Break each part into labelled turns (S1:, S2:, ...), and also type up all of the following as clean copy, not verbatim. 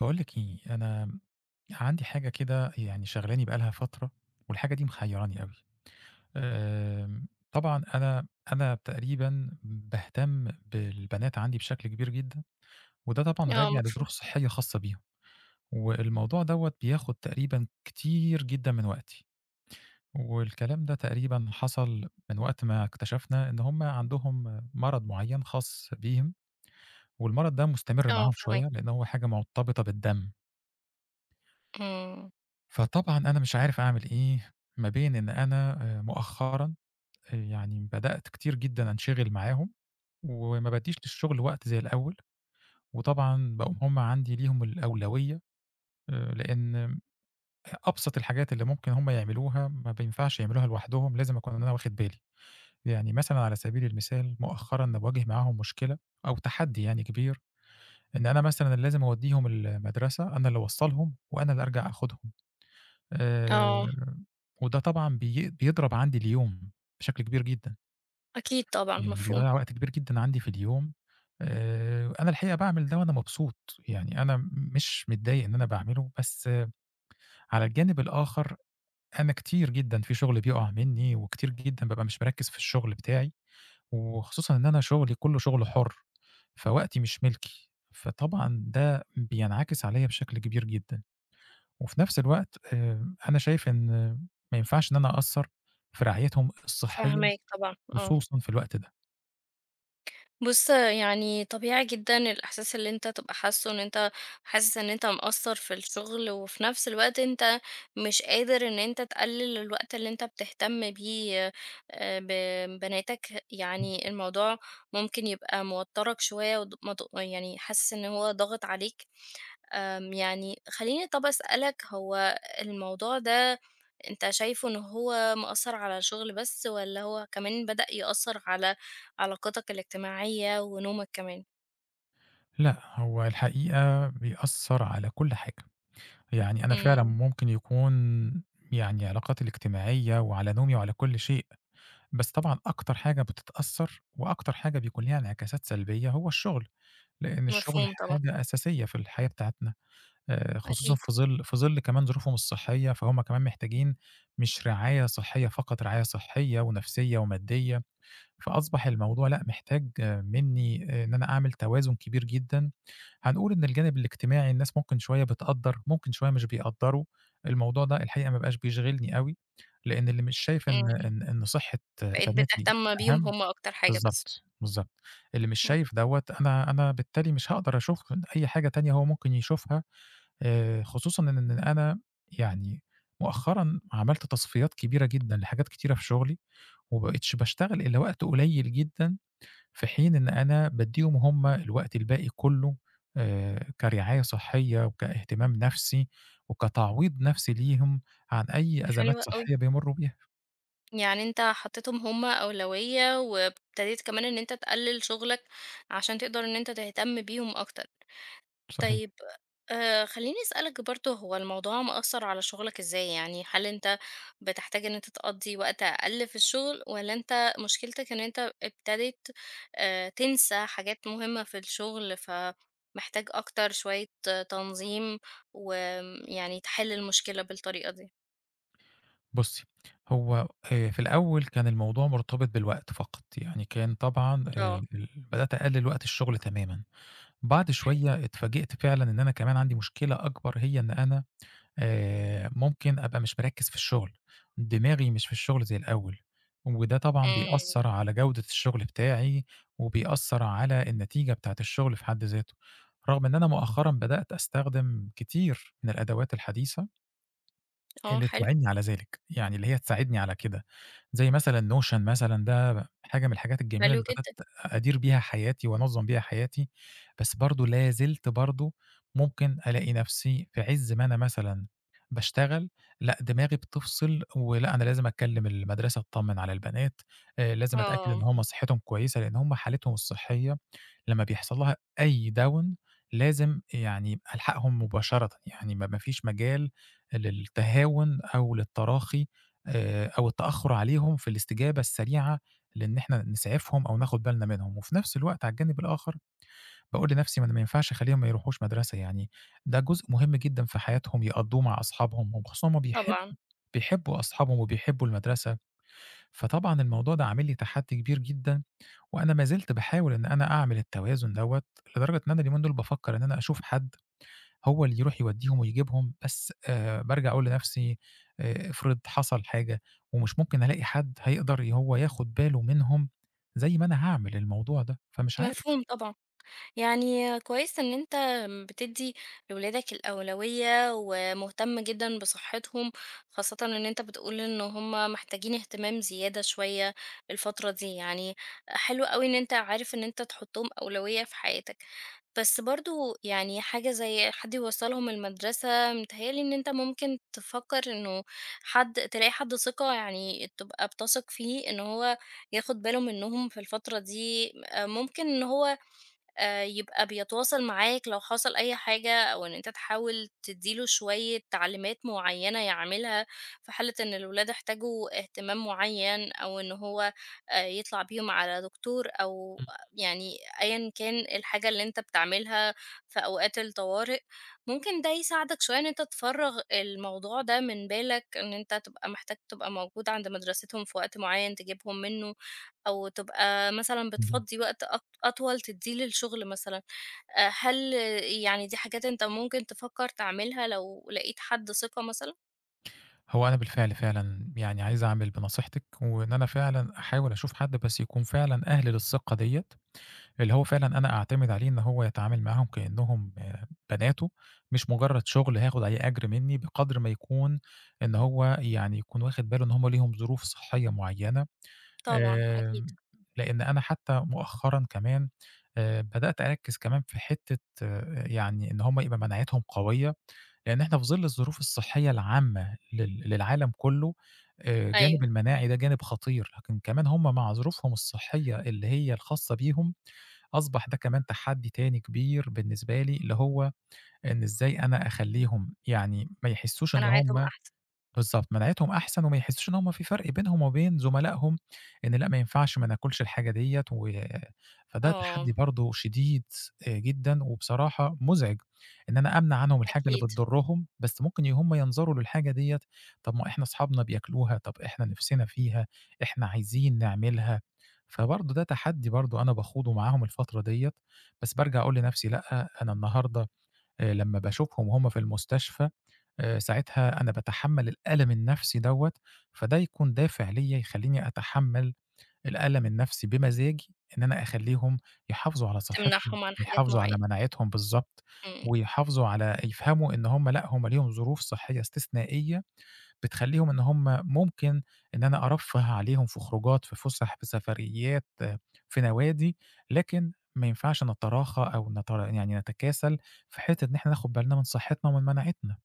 S1: باقول لِك إيه، أنا عندي حاجة كده يعني شاغلاني بقى لها فترة، والحاجة دي محيراني أوي. طبعًا أنا تقريبًا باهتم بالبنات عندي بشكل كبير جدًا، وده طبعًا
S2: آه،
S1: راجع
S2: مف
S1: لظروف صحية خاصة بيهم، والموضوع دوّة بياخد تقريبًا كتير جدًا من وقتي، والكلام ده تقريبًا حصل من وقت ما اكتشفنا إن هُم عندهم مرض معين خاص بيهم، والمرض ده مستمر
S2: آه،
S1: معاهم
S2: فاهماك،
S1: شوية، لأن هو حاجة مرتبطة بالدم.
S2: إمم،
S1: فطبعًا أنا مش عارف أعمل إيه، ما بين إن أنا مؤخرًا يعني بدأت كتير جدًا أنشغل معاهم، وما بادّيش للشغل وقت زي الأول، وطبعًا بقوا هم عندي ليهم الأولوية لإن أبسط الحاجات اللي ممكن هم يعملوها ما بينفعش يعملوها لوحدهم، لازم أكون أنا واخد بالي. يعني مثلًا على سبيل المثال مؤخرًا باواجه معاهم مشكلة أو تحدي يعني كبير، إن أنا مثلًا اللي لازم أودّيهم المدرسة، أنا اللي أوصّلهم وأنا اللي أرجع آخُدهم. آآ،
S2: آه،
S1: وده طبعًا بيضرب عندي اليوم بشكل كبير جدًا،
S2: أكيد طبعًا،
S1: يعني
S2: مفهوم،
S1: بيضيّع وقت كبير جدًا عندي في اليوم. أنا الحقيقة باعمل ده وأنا مبسوط، يعني أنا مش متضايق إن أنا باعمله، بس على الجانب الآخر أنا كتير جدًا في شغل بيقع منّي، وكتير جدًا بابقى مش مركّز في الشغل بتاعي، وخصوصًا إن أنا شغلي كلّه شغل حُر، فوقتي مش ملكي، فطبعًا ده بينعكس عليَّ بشكل كبير جدًا. وفي نفس الوقت أنا شايف إن ما ينفعش إن أنا أقصّر في رعايتهم الصحية
S2: فاهماك طبعًا، آه.
S1: خصوصًا في الوقت ده.
S2: بُص، يعني طبيعي جدًا الإحساس اللي أنت تبقى حاسّه، إن أنت حاسس إن أنت مقصّر في الشغل، وفي نفس الوقت أنت مش قادر إن أنت تقلل الوقت اللي أنت بتهتم بيه ب بناتك،
S1: إمم.
S2: يعني الموضوع ممكن يبقى موتّرك شوية، وض مض يعني حاسس إن هو ضاغط عليك. يعني خلّيني طَب أسألك هو الموضوع ده أنت شايفه إن هو مأثّر على الشغل بس والّا هو كمان بدأ يأثّر على علاقاتك الاجتماعية ونومك كمان؟
S1: لأ، هو الحقيقة بيأثّر على كل حاجة، يعني أنا فعلًا
S2: إمم،
S1: ممكن يكون يعني علاقاتي الاجتماعية وعلى نومي وعلى كل شيء، بس طبعًا أكتر حاجة بتتأثّر وأكتر حاجة بيكون ليها انعكاسات سلبية هو الشغل، لإن الشغل
S2: مفهوم طبعًا،
S1: حاجة أساسية في الحياة بتاعتنا. خصوصًا
S2: أكيد،
S1: في ظِل كمان ظروفهم الصحية، فهُم كمان محتاجين مش رعاية صحية فقط، رعاية صحية ونفسية ومادية، فأصبح الموضوع لأ، محتاج آه، منّي آه، إن أنا أعمل توازن كبير جدًا، هنقول إن الجانب الاجتماعي الناس ممكن شوية بتقدّر، ممكن شوية مش بيقدّروا، الموضوع ده الحقيقة ما بقاش بيشغلني أوي، لإن اللي مش شايف إن
S2: إمم،
S1: صحة آه،
S2: بقيت
S1: بناتي
S2: بتهتم بيهم
S1: أهم.
S2: هم أكتر حاجة بس،
S1: بالضبط، بالضبط، اللي مش
S2: إمم،
S1: شايف دوّة أنا بالتالي مش هاقدر أشوف أي حاجة تانية هو ممكن يشوفها، خصوصًا إن أنا يعني مؤخرًا عملت تصفيات كبيرة جدًا لحاجات كتيرة في شغلي، وما بقيتش باشتغل إلا وقت قليل جدًا، في حين إن أنا بادّيهم هم الوقت الباقي كُلّه كرعاية صحية وكاهتمام نفسي، وكتعويض نفسي ليهم عن أي
S2: حلو
S1: أزمات
S2: أوي،
S1: صحية بيمرّوا بيها.
S2: يعني أنت حطيتهم هم أولوية وابتديت كمان إن أنت تقلّل شغلك عشان تقدر إن أنت تهتم بيهم أكتر.
S1: صحيح.
S2: طيب خلّيني أسألك برضه هو الموضوع مأثّر على شغلك إزاي؟ يعني هل أنت بتحتاج إن أنت تقضّي وقت أقل في الشغل والّا أنت مشكلتك إن أنت ابتديت تنسى حاجات مهمة في الشغل، فمحتاج أكتر شوية آه، تنظيم وآمم يعني تحِل المشكلة بالطريقة دي؟
S1: بُصّي، هو في الأول كان الموضوع مرتبط بالوقت فقط، يعني كان طبعًا
S2: آه،
S1: بدأت أقلِّل وقت الشغل تمامًا. بعد
S2: حلو.
S1: شوية اتفاجئت فعلًا إن أنا كمان عندي مشكلة أكبر، هي إن أنا ممكن أبقى مش مركّز في الشغل، دماغي مش في الشغل زي الأول، وده طبعًا
S2: إمم.
S1: بيأثّر على جودة الشغل بتاعي، وبيأثّر على النتيجة بتاعة الشغل في حد ذاته، رغم إن أنا مؤخرًا بدأت أستخدم كتير من الأدوات الحديثة
S2: آه
S1: اللي
S2: حلو،
S1: توعدني على ذلك، يعني اللي هي تساعدني على كده، زي مثلًا notion مثلًا ده حاجة من الحاجات الجميلة
S2: حلو
S1: اللي بدأت
S2: جدًا.
S1: أدير بيها حياتي وأنظّم بيها حياتي، بس برضه لا زلت ممكن ألاقي نفسي في عِز ما أنا مثلًا باشتغل، لأ دماغي بتفصل ولأ أنا لازم أكلم المدرسة أطمن على البنات، لازم أتأكد إن
S2: آه،
S1: هم صحتهم كويسة لأن هم حالتهم الصحية لمّا بيحصل لها أي down لازم يعني ألحقهم مباشرةً، يعني ما فيش مجال للتهاون أو للتراخي، أو التأخُّر عليهم في الاستجابة السريعة لإن إحنا نسعفهم أو ناخُد بالنا منهم، وفي نفس الوقت على الجانب الآخر باقول لنفسي ما أنا ما ينفعش أخلّيهم ما يروحوش مدرسة يعني، ده جزء مهم جدًا في حياتهم يقضّوه مع أصحابهم، وخصوصًا هم
S2: طبعًا.
S1: بيحبّوا أصحابهم وبيحبّوا المدرسة، فطبعًا الموضوع ده عامل لي تحدّي كبير جدًا وأنا ما زلت باحاول إن أنا أعمل التوازن دوّة، لدرجة إن أنا اليومين دول بافكّر إن أنا أشوف حد هو اللي يروح يودّيهم ويجيبهم، بس بارجع أقول لنفسي افرض حصل حاجة ومش ممكن ألاقي حد هيقدر هو ياخد باله منهم زي ما أنا هاعمل الموضوع ده، فمش عارف.
S2: مفهوم طبعًا. يعني كويس إن أنت بتدّي لولادك الأولوية ومهتم جدًا بصحتهم، خاصةً إن أنت بتقول إن هم محتاجين اهتمام زيادة شوية الفترة دي، يعني حلو أوي إن أنت عارف إن أنت تحطّهم أولوية في حياتك. بس برضه يعني حاجة زي حد يوصّلهم المدرسة، متهيأ لي إن أنت ممكن تفكّر إنه حد تلاقي حد ثقة يعني تبقى بتثق فيه إن هو ياخد باله منّهم في الفترة دي، ممكن إن هو يبقى بيتواصل معاك لو حصل أي حاجة أو إن أنت تحاول تدّي له شوية تعليمات معيّنة يعملها في حالة إن الولاد احتاجوا اهتمام معيّن أو إن هو يطلع بيهم على دكتور أو يعني أيًا كان الحاجة اللي أنت بتعملها في أوقات الطوارئ، ممكن ده يساعدك شوية إن أنت تفرّغ الموضوع ده من بالك إن أنت تبقى محتاج تبقى موجود عند مدرستهم في وقت معيّن تجيبهم منه. أو تبقى مثلًا
S1: إمم، اهم.
S2: بتفضّي وقت أطول تدّيه للشغل مثلًا، هل يعني دي حاجات أنت ممكن تفكّر تعملها لو لقيت حد ثقة مثلًا؟
S1: هو أنا بالفعل فعلًا يعني عايز أعمل بنصيحتِك، وإن أنا فعلًا أحاول أشوف حد بس يكون فعلًا أهل للثقة ديّة. اللي هو فعلًا أنا أعتمد عليه إن هو يتعامل معاهم كإنّهم آه، بناته، مش مجرّد شغل هياخد عليه أجر منّي، بقدر ما يكون إن هو يعني يكون واخد باله إن هم ليهم ظروف صحّية معيّنة.
S2: طبعًا أكيد،
S1: آمم، لإن أنا حتّى مؤخرًا كمان بدأت أركّز كمان في حتّة آه، يعني إن هم يبقى مناعتهم قوية، لإن إحنا في ظِل الظروف الصحّية العامة للعالم كلّه. جانب
S2: أيوه،
S1: المناعي ده جانب خطير، لكن كمان هم مع ظروفهم الصحّية اللي هي الخاصة بيهم أصبح ده كمان تحدي تاني كبير بالنسبة لي، اللي هو إن إزاي أنا أخلّيهم يعني ما يحسّوش إن
S2: مناعتهم
S1: هم.
S2: أحسن،
S1: بالضبط، مناعتهم أحسن وما يحسّوش إن هم في فرق بينهم وبين زملائهم، إن لأ ما ينفعش ما ناكلش الحاجة ديّة و، فده تحدّي
S2: آه،
S1: برضه شديد جدًا وبصراحة مُزعج، إن أنا أمنع عنهم الحاجة اللي
S2: أكيد،
S1: بتضرّهم، بس ممكن هم ينظروا للحاجة ديّة، طب ما إحنا أصحابنا بياكلوها، طب إحنا نِفْسنا فيها، إحنا عايزين نعملها، فبرضه ده تحدّي برضه أنا باخوضه معاهم الفترة ديّة، بس بارجع أقول لنَفْسي لأ، أنا النهارده لمّا باشوفهم وهُم في المستشفى ساعتها أنا باتحمّل الألم النفسي دوّة، فده يكون دافع ليّا يخلّيني أتحمّل الألم النفسي بمزاجي، إن أنا أخلّيهم يحافظوا على صحّتهم،
S2: تمنعهم عن حاجات
S1: يحافظوا على
S2: معيّنة،
S1: مناعتهم بالضبط،
S2: إمم،
S1: ويحافظوا على يفهموا إن هم لأ، هم ليهم ظروف صحّية استثنائية بتخلّيهم إن هم ممكن إن أنا أرفّه عليهم في خروجات، في فُسح، في سفريات، آه، في نوادي، لكن ما ينفعش نتراخى أو يعني نتكاسل في حتّة إن إحنا ناخُد بالنا من صحّتنا ومن مناعتنا.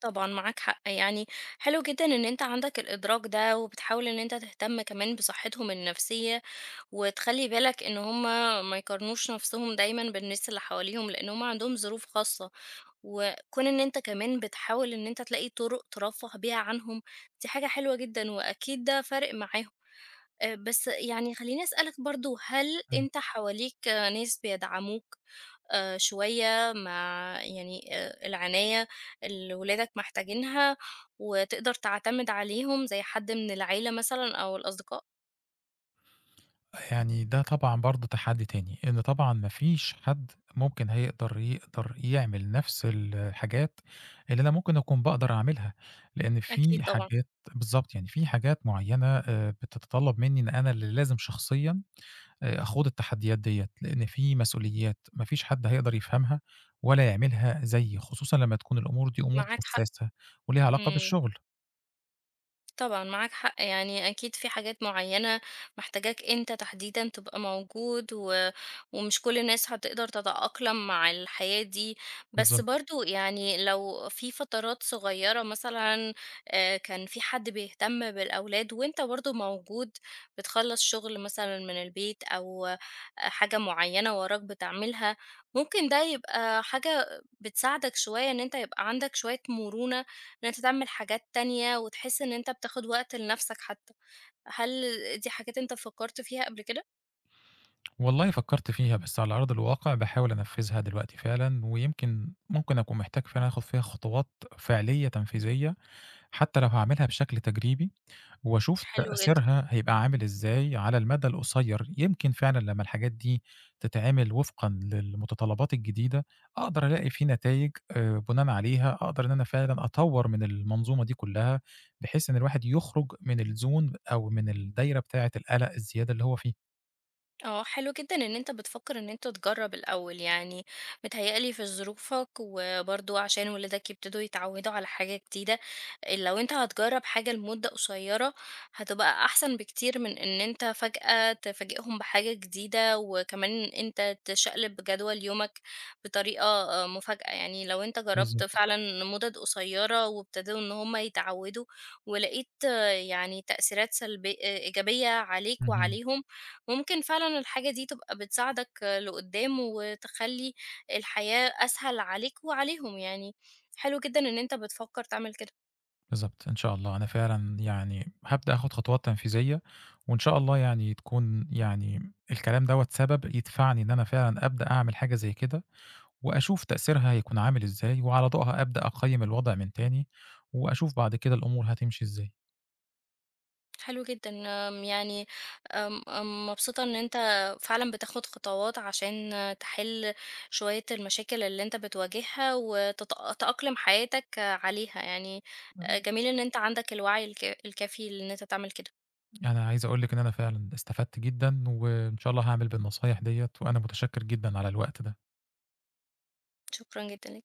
S2: طبعًا معاك حق، يعني حلو جدًا إن أنت عندك الإدراك ده، وبتحاول إن أنت تهتم كمان بصحتهم النفسية وتخلّي بالك إن هُم ما يقارنوش نَفْسهم دايمًا بالناس اللي حواليهم، لإن هُم عندهم ظروف خاصة، وكون إن أنت كمان بتحاول إن أنت تلاقي طُرق ترفّه بيها عنهم، دي حاجة حلوة جدًا وأكيد ده فارق معاهم. بس يعني خلّيني أسألك برضه، هل أنت حواليك آه، ناس بيدعموك شوية مع يعني العناية اللي ولادك محتاجينها وتقدر تعتمد عليهم زي حد من العيلة مثلًا أو الأصدقاء؟
S1: يعني ده طبعًا برضه تحدّي تاني، إن طبعًا ما فيش حد ممكن يقدر يعمل نفس الحاجات اللي أنا ممكن أكون باقدر أعملها، لإن
S2: أكيد
S1: في
S2: طبعًا،
S1: حاجات. بالضبط، يعني في حاجات معيّنة بتتطلّب منّي إن أنا اللي لازم شخصيًا أخوض التحديات ديّة، لإن في مسؤوليات ما فيش حد هيقدر يفهمها ولا يعملها زيي، خصوصًا لمّا تكون الأمور دي أمور
S2: معاك حق.
S1: حسّاسة وليها علاقة
S2: إمم.
S1: بالشغل.
S2: طبعًا معاك حق، يعني أكيد في حاجات معيّنة محتاجاك أنت تحديدًا تبقى موجود ومش كل الناس هتقدر تتأقلم مع الحياة دي، بس
S1: بالضبط.
S2: برضه يعني لو في فترات صغيّرة مثلًا كان في حد بيهتم بالأولاد وأنت برضه موجود بتخلّص شغل مثلًا من البيت أو آه، حاجة معيّنة وراك بتعملها، ممكن ده يبقى حاجة بتساعدك شوية إن أنت يبقى عندك شوية مرونة إن أنت تعمل حاجات تانية وتحس إن أنت بتاخد وقت لنفسك حتى. هل دي حاجات أنت فكرت فيها قبل كده؟
S1: والله فكرت فيها، بس على أرض الواقع باحاول أنفّذها دلوقتي فعلًا، ويمكن ممكن أكون محتاج فعلًا آخُد فيها خطوات فعلية تنفيذية، حتى لو هاعملها بشكل تجريبي، وأشوف
S2: حلو جدًا.
S1: تأثيرها هيبقى عامل إزاي على المدى القصيّر. يمكن فعلًا لمّا الحاجات دي تتعمل وفقًا للمتطلبات الجديدة، أقدر ألاقي في نتايج بُناءً عليها أقدر إن أنا فعلًا أطوّر من المنظومة دي كلّها، بحيث إن الواحد يخرج من الzone أو من الدايرة بتاعة القلق الزيادة اللي هو فيه.
S2: آه، حلو جدًا إن أنت بتفكّر إن أنت تجرّب الأول، يعني متهيأ لي في ظروفك وبرضه عشان ولادك يبتدوا يتعوّدوا على حاجة جديدة، لو أنت هتجرّب حاجة لمدة قصيّرة هتبقى أحسن بكتير من إن أنت فجأة تفاجئهم بحاجة جديدة، وكمان أنت تشقلب جدول يومك بطريقة مفاجأة، يعني لو أنت جرّبت
S1: بالضبط.
S2: فعلًا لمُدَد قصيّرة وابتدوا إن هم يتعوّدوا ولقيت آه، يعني تأثيرات سلبي إيجابية عليك
S1: اهم.
S2: وعليهم، ممكن فعلًا الحاجة دي تبقى بتساعدك لقدّام، وتخلّي الحياة أسهل عليك وعليهم يعني، حلو جدًا إن أنت بتفكّر تعمل كده،
S1: بالضبط، إن شاء الله. أنا فعلًا يعني هابدأ آخُد خطوات تنفيذية وإن شاء الله يعني تكون يعني الكلام دوّة سبب يدفعني إن أنا فعلًا أبدأ أعمل حاجة زي كده وأشوف تأثيرها هيكون عامل إزاي وعلى ضوءها أبدأ أقيّم الوضع من تاني وأشوف بعد كده الأمور هتمشي إزاي.
S2: حلو جدًا، آمم، يعني آمم، آمم، مبسوطة إن أنت فعلًا بتاخد خطوات عشان تحل شوية المشاكل اللي أنت بتواجهها، وتتأ تأقلم حياتك عليها يعني، جميل إن أنت عندك الوعي الكافي إن أنت تعمل كده،
S1: أنا عايز أقول لِك إن أنا فعلًا استفدت جدًا وإن شاء الله هاعمل بالنصايح ديّة وأنا متشكِّر جدًا على الوقت ده.
S2: شكرًا جدًا ليك.